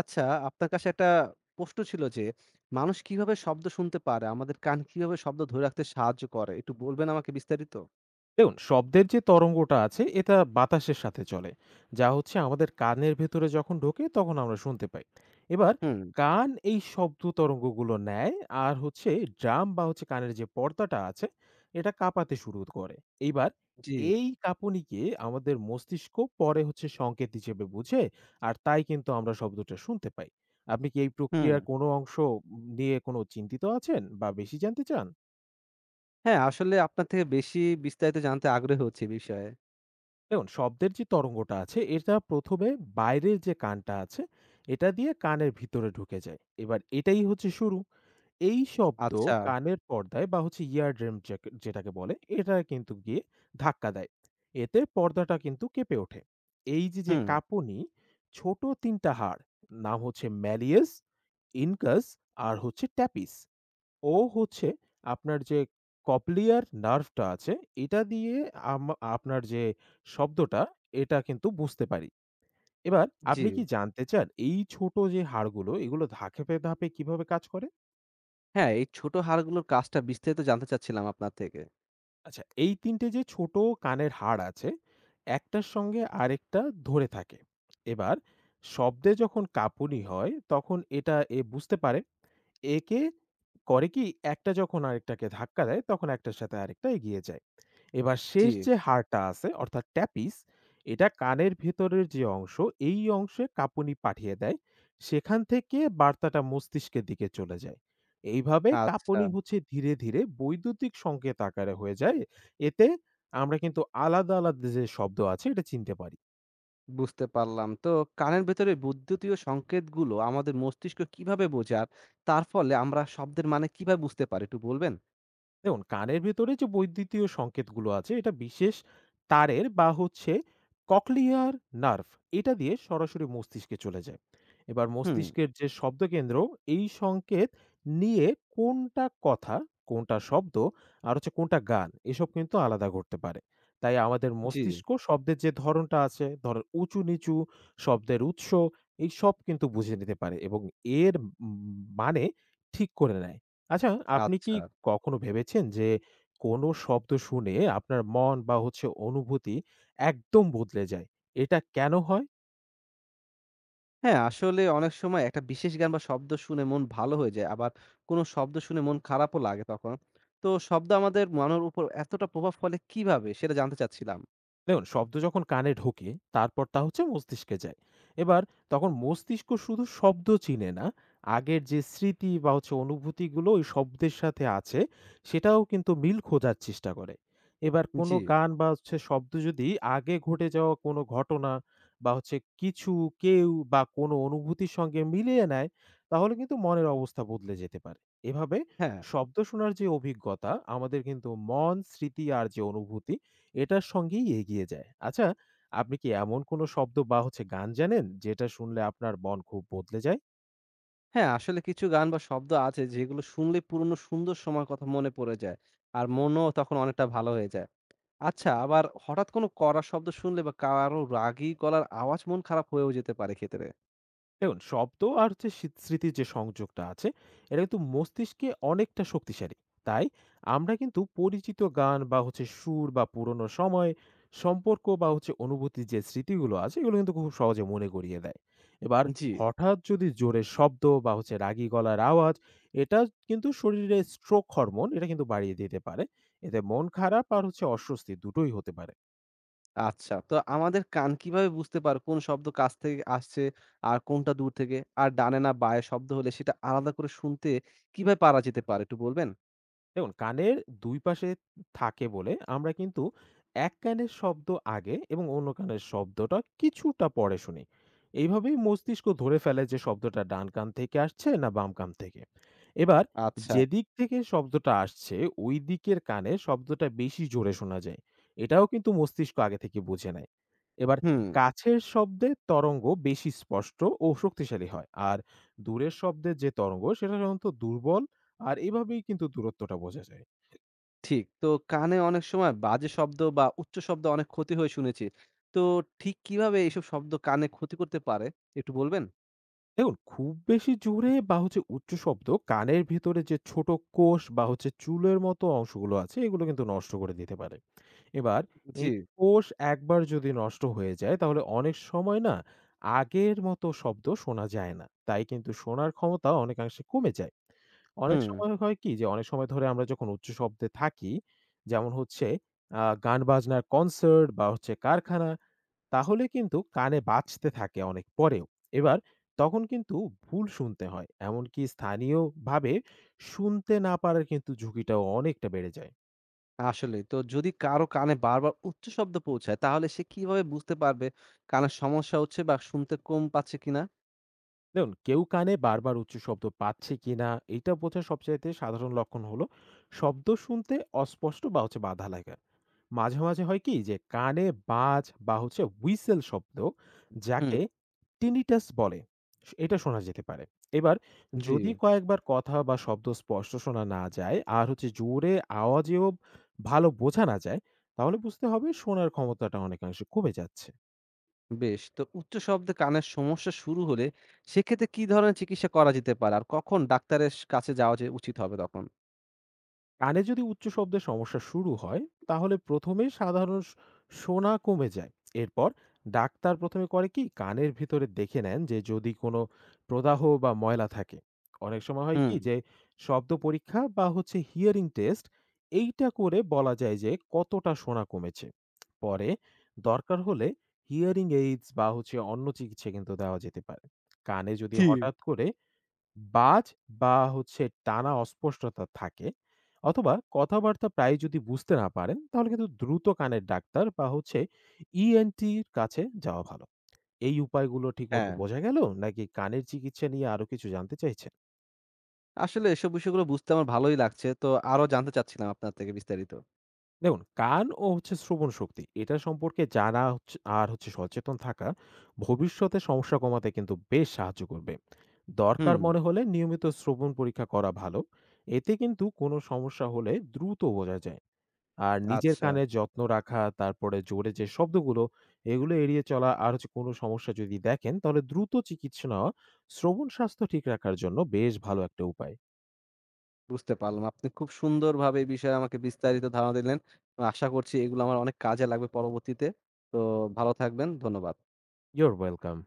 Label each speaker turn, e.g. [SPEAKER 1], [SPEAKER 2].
[SPEAKER 1] আচ্ছা, আপনার কাছে একটা প্রশ্ন ছিল যে, মানুষ কিভাবে শব্দ শুনতে পারে? আমাদের কান কিভাবে শব্দ ধরে রাখতে সাহায্য করে? একটু বলবেন আমাকে বিস্তারিত?
[SPEAKER 2] দেখুন, শব্দের যে তরঙ্গটা আছে এটা বাতাসের সাথে চলে যা হচ্ছে আমাদের কানের ভেতরে যখন ঢোকে তখন আমরা শুনতে পাই। এবার
[SPEAKER 1] হুম,
[SPEAKER 2] কান এই শব্দ তরঙ্গগুলো নেয়, আর হচ্ছে ড্রাম বা হচ্ছে কানের যে পর্দাটা আছে এটা কাঁপাতে শুরু করে। এইবার
[SPEAKER 1] জি,
[SPEAKER 2] এই কাঁপুনিকে আমাদের মস্তিষ্ক পরে হচ্ছে সংকেত হিসেবে বুঝে। আর তাই কিন্তু আমরা শব্দটা শুনতে পাই। আপনি কি এই
[SPEAKER 1] হুম।
[SPEAKER 2] প্রক্রিয়ার কোনো অংশ নিয়ে কোনো চিন্তিত আছেন বা বেশি জানতে চান?
[SPEAKER 1] হ্যাঁ, আসলে আপনার থেকে বেশি বিস্তারিত জানতে আগ্রহী হচ্ছি এই বিষয়ে।
[SPEAKER 2] দেখুন, শব্দের যে তরঙ্গটা আছে এটা প্রথমে বাইরের যে কানটা আছে এটা দিয়ে কানের ভিতরে ঢুকে যায়। এবার এটাই হচ্ছে শুরু। এই শব্দ
[SPEAKER 1] আচ্ছা,
[SPEAKER 2] কানের পর্দায় বা হচ্ছে ইয়ার ড্রেম যেটাকে বলে, এটা কিন্তু গিয়ে ধাক্কা দেয়। এতে পর্দাটা কিন্তু কেঁপে ওঠে। এই যে যে
[SPEAKER 1] হুম,
[SPEAKER 2] কাঁপুনি ছোট তিনটা হাড়, নাম হচ্ছে ম্যালিয়াস, ইনকাস আর হচ্ছে ট্যাপিস। ও হচ্ছে আপনার যে কপ্লিয়ার নার্ভটা আছে, এটা দিয়ে আম আপনার যে শব্দটা, এটা কিন্তু বুঝতে পারি। এবার
[SPEAKER 1] জি।
[SPEAKER 2] আপনি কি জানতে চান এই ছোট যে হাড়গুলো, এগুলো ধাপে, ধাপে কিভাবে কাজ করে?
[SPEAKER 1] হ্যাঁ, এই ছোট হাড়গুলোর কাজটা বিস্তারিত জানতে চাচ্ছিলাম আপনার থেকে।
[SPEAKER 2] আচ্ছা, এই ৩ টে যে ছোট কানের হাড় আছে, একটার সঙ্গে আরেকটা ধরে থাকে। এবার শব্দে যখন কাঁপুনি হয়, তখন এটা এ বুঝতে পারে। একে করে কি, একটা যখন আরেকটাকে ধাক্কা দেয়, তখন একটার সাথে আরেকটা এগিয়ে যায়। এবার
[SPEAKER 1] জি,
[SPEAKER 2] শেষ যে হাড়টা আছে অর্থাৎ ট্যাপিস, এটা কানের ভেতরের যে অংশ এই অংশে কাঁপুনি পাঠিয়ে দেয়। সেখান থেকে বার্তাটা মস্তিষ্কের দিকে চলে যায়। এইভাবে
[SPEAKER 1] আচ্ছা,
[SPEAKER 2] কাঁপুনি হচ্ছে ধীরে ধীরে বৈদ্যুতিক সংকেত আকারে হয়ে যায়। এতে আমরা কিন্তু আলাদা আলাদা যে শব্দ আছে এটা চিনতে পারি।
[SPEAKER 1] বুঝতে পারলাম। তো কানের ভেতরে বৈদ্যুতীয় সংকেতগুলো আমাদের মস্তিষ্ক কিভাবে বোঝে? আর তার ফলে আমরা শব্দের মানে কিভাবে বুঝতে পারি? একটু বলবেন?
[SPEAKER 2] দেখুন, কানের ভেতরে যে বৈদ্যুতীয় সংকেতগুলো আছে এটা বিশেষ তারের বা হচ্ছে ককলিয়ার নার্ভ, এটা দিয়ে সরাসরি মস্তিষ্কে চলে যায়। এবার
[SPEAKER 1] হুম,
[SPEAKER 2] মস্তিষ্কের যে শব্দকেন্দ্র এই সংকেত নিয়ে কোনটা কথা, কোনটা শব্দ আর হচ্ছে কোনটা গান এসব কিন্তু আলাদা করতে পারে। তাই আমাদের
[SPEAKER 1] জি।
[SPEAKER 2] মস্তিষ্ক শব্দের যে ধরনটা আছে, ধরেন উঁচু নিচু, শব্দের উৎস এই সব কিন্তু বুঝে নিতে পারে এবং এর মানে ঠিক করে নেয়। আচ্ছা, আপনি কি
[SPEAKER 1] আচ্ছা।
[SPEAKER 2] কখনো ভেবেছেন যে কোনো শব্দ শুনে আপনার মন বা হচ্ছে অনুভূতি একদম বদলে যায়? এটা কেন হয়?
[SPEAKER 1] হ্যাঁ, আসলে অনেক সময় একটা বিশেষ গান বা শব্দ শুনে মন ভালো হয়ে যায়। আবার কোনো শব্দ শুনে মন খারাপও লাগে তখন। তো শব্দ আমাদের মনের উপর এতটা প্রভাব ফেলে কিভাবে? সেটা জানতে চাচ্ছিলাম।
[SPEAKER 2] দেখুন, শব্দ যখন কানে ঢোকে তারপর তা হচ্ছে মস্তিষ্কে যায়। এবার তখন মস্তিষ্ক শুধু শব্দ চিনে না, আগের যে স্মৃতি বা হচ্ছে অনুভূতিগুলো ওই শব্দের সাথে আছে সেটাও কিন্তু মিল খোঁজার চেষ্টা করে। এবার কোনো
[SPEAKER 1] জি।
[SPEAKER 2] গান বা হচ্ছে শব্দ যদি আগে ঘটে যাওয়া কোনো ঘটনা বা হচ্ছে কিছু কেউ বা কোনো অনুভূতির সঙ্গে মিলিয়ে নেয় তাহলে কিন্তু মনের অবস্থা বদলে যেতে পারে। এভাবে
[SPEAKER 1] হ্যাঁ।
[SPEAKER 2] শব্দ শোনার যে অভিজ্ঞতা আমাদের কিন্তু মন, স্মৃতি আর যে অনুভূতি এটার সঙ্গেই এগিয়ে যায়। আচ্ছা, আপনি কি এমন কোনো শব্দ বা হচ্ছে গান জানেন, যেটা শুনলে আপনার মন খুব বদলে যায়?
[SPEAKER 1] হ্যাঁ, আসলে কিছু গান বা শব্দ আছে যেগুলো শুনলে পুরনো সুন্দর সময়ের কথা মনে পড়ে যায়। আর মনও তখন অনেকটা ভালো হয়ে যায়। আচ্ছা, আবার হঠাৎ কোনো কড়া শব্দ শুনলে বা কারো রাগী গলার আওয়াজ মন খারাপ হয়েও যেতে পারে ক্ষেত্রে।
[SPEAKER 2] দেখুন, শব্দ আর হচ্ছে স্মৃতির যে সংযোগটা আছে এটা কিন্তু মস্তিষ্কে অনেকটা শক্তিশালী। তাই আমরা কিন্তু পরিচিত গান বা হচ্ছে সুর বা পুরনো সময়, সম্পর্ক বা হচ্ছে অনুভূতির যে স্মৃতিগুলো আছে এগুলো কিন্তু খুব সহজে মনে করিয়ে দেয়। এবার
[SPEAKER 1] জি।
[SPEAKER 2] হঠাৎ যদি জোরে শব্দ বা হচ্ছে রাগী গলার আওয়াজ, এটা কিন্তু শরীরে স্ট্রোক হরমোন এটা কিন্তু বাড়িয়ে দিতে পারে। এতে মন খারাপ আর হচ্ছে অস্বস্তি দুটোই হতে পারে।
[SPEAKER 1] আচ্ছা। তো আমাদের কান কিভাবে বুঝতে পারে কোন শব্দ কাছ থেকে আসছে আর কোনটা দূর থেকে? আর ডানে না বাঁয়ে শব্দ হলে সেটা আলাদা করে শুনতে কিভাবে পারা যেতে পারে একটু বলবেন?
[SPEAKER 2] দেখুন, কানের ২ পাশে থাকে বলে আমরা কিন্তু এক কানের শব্দ আগে এবং অন্য কানের শব্দটা কিছুটা পরে শুনি। এইভাবেই মস্তিষ্ক ধরে ফেলে যে শব্দটা ডান কান থেকে আসছে না বাম কান থেকে। এবার
[SPEAKER 1] আচ্ছা।
[SPEAKER 2] যেদিক থেকে শব্দটা আসছে ওই দিকের কানে শব্দটা বেশি জোরে শোনা যায়। এটাও কিন্তু মস্তিষ্ক আগে থেকে বুঝে নেয়। এবার
[SPEAKER 1] হুম,
[SPEAKER 2] কাছের শব্দে তরঙ্গ বেশি স্পষ্ট ও শক্তিশালী হয়। আর দূরের শব্দের যে তরঙ্গ সেটা সাধারণত দুর্বল, আর এভাবেই কিন্তু দূরত্বটা বোঝা যায়।
[SPEAKER 1] ঠিক। তো কানে অনেক সময় বাজে শব্দ বা উচ্চ শব্দ অনেক ক্ষতি হয়ে শুনেছি। তো ঠিক কিভাবে এইসব শব্দ কানে ক্ষতি করতে পারে একটু বলবেন?
[SPEAKER 2] দেখুন, খুব বেশি জোরে বা হচ্ছে উচ্চ শব্দ কানের ভেতরে যে ছোট কোষ বা হচ্ছে চুলের মতো অংশগুলো আছে এগুলো কিন্তু নষ্ট করে দিতে পারে। এবার
[SPEAKER 1] জি।
[SPEAKER 2] এই কোষ একবার যদি নষ্ট হয়ে যায় তাহলে অনেক সময় না আগের মতো শব্দ শোনা যায় না। তাই কিন্তু শোনার ক্ষমতা অনেকাংশে কমে যায়। অনেক
[SPEAKER 1] হুম,
[SPEAKER 2] সময় হয় কি যে অনেক সময় ধরে আমরা যখন উচ্চ শব্দে থাকি, যেমন হচ্ছে গান বাজনার কনসার্ট বা হচ্ছে কারখানা, তাহলে কিন্তু কানে বাজতে থাকে অনেক পরেও। এবার তখন কিন্তু ভুল শুনতে হয়। এমনকি স্থানীয়ভাবে শুনতে না পারার কিন্তু ঝুঁকিটাও অনেকটা বেড়ে যায়।
[SPEAKER 1] আসলেই। তো যদি কারো কানে বারবার উচ্চ শব্দ পৌঁছায় তাহলে সে কিভাবে বুঝতে পারবে কানের সমস্যা হচ্ছে বা শুনতে কম পাচ্ছে কিনা?
[SPEAKER 2] দেখুন, কেউ কানে বারবার উচ্চ শব্দ পাচ্ছে কিনা এটা বোঝার সবচাইতে সাধারণ লক্ষণ হলো শব্দ শুনতে অস্পষ্ট বা হচ্ছে বাধা লাগা। মাঝে, মাঝে হয় কি যে কানে বাজ বা হচ্ছে হুইসেল শব্দ,
[SPEAKER 1] হুম,
[SPEAKER 2] যাকে tinnitus বলে। এটা শোনা যেতে পারে। এবার
[SPEAKER 1] জি।
[SPEAKER 2] যদি কয়েকবার কথা বা শব্দ স্পষ্ট শোনা না যায় আর হচ্ছে জোরে আওয়াজেও ভালো বোঝা না যায়, তাহলে বুঝতে হবে শোনার ক্ষমতাটা অনেকাংশে কমে যাচ্ছে।
[SPEAKER 1] বেশ। তো উচ্চ শব্দে কানের সমস্যা শুরু হলে সেক্ষেত্রে কি ধরনের চিকিৎসা করা যেতে পারে? আর কখন ডাক্তারের স কাছে যাওয়া যে উচিত হবে তখন?
[SPEAKER 2] কানে যদি উচ্চ শব্দের সমস্যা শুরু হয় তাহলে প্রথমে সাধারণ শোনা কমে যায়। এরপর ডাক্তার প্রথমে করে কি কানের ভিতরে দেখে নেন যে যদি কোনো প্রদাহ বা ময়লা থাকে। অনেক সময় হয় কি
[SPEAKER 1] হুম।
[SPEAKER 2] যে শব্দ পরীক্ষা বা হচ্ছে হিয়ারিং টেস্ট, এইটা করে বলা যায় যে কতটা শোনা কমেছে। পরে দরকার হলে হিয়ারিং এইডস বা হচ্ছে অন্য চিকিৎসা কিন্তু দেওয়া যেতে পারে। কানে যদি
[SPEAKER 1] জি।
[SPEAKER 2] হঠাৎ করে বাজ বা হচ্ছে টানা অস্পষ্টতা থাকে, অথবা কথাবার্তা প্রায় যদি বুঝতে না পারেন তাহলে কিন্তু দ্রুত কানের ডাক্তার বা হচ্ছে ইএনটির কাছে যাওয়া ভালো। এই উপায়গুলো ঠিকমতো
[SPEAKER 1] হ্যাঁ,
[SPEAKER 2] বোঝা গেল নাকি কানের চিকিৎসা নিয়ে আরো কিছু জানতে চাইছেন?
[SPEAKER 1] আসলে এসব বিষয়গুলো বুঝতে আমার ভালোই লাগছে। তো আরো জানতে চাচ্ছিলাম আপনার থেকে বিস্তারিত।
[SPEAKER 2] দেখুন, কান ও হচ্ছে শ্রবণ শক্তি এটা সম্পর্কে জানা আর হচ্ছে সচেতন থাকা ভবিষ্যতে সমস্যা কমাতে কিন্তু বেশ সাহায্য করবে। দরকার
[SPEAKER 1] হুম,
[SPEAKER 2] মনে হলে নিয়মিত শ্রবণ পরীক্ষা করা ভালো। এতে কিন্তু কোনো সমস্যা হলে দ্রুত বোঝা যায়। আর নিজের
[SPEAKER 1] আচ্ছা
[SPEAKER 2] কানের যত্ন রাখা, তারপরে জোরে যে শব্দগুলো, এগুলো এড়িয়ে চলা, আর হচ্ছে কোনো সমস্যা যদি দেখেন, তাহলে দ্রুত চিকিৎসা নেওয়া শ্রবণ স্বাস্থ্য ঠিক রাখার জন্য বেশ ভালো একটা উপায়।
[SPEAKER 1] বুঝতে পারলাম। আপনি খুব সুন্দরভাবে এই বিষয়ে আমাকে বিস্তারিত ধারণা দিলেন। আশা করছি এগুলো আমার অনেক কাজে লাগবে পরবর্তীতে। তো ভালো থাকবেন। ধন্যবাদ।
[SPEAKER 2] You're welcome.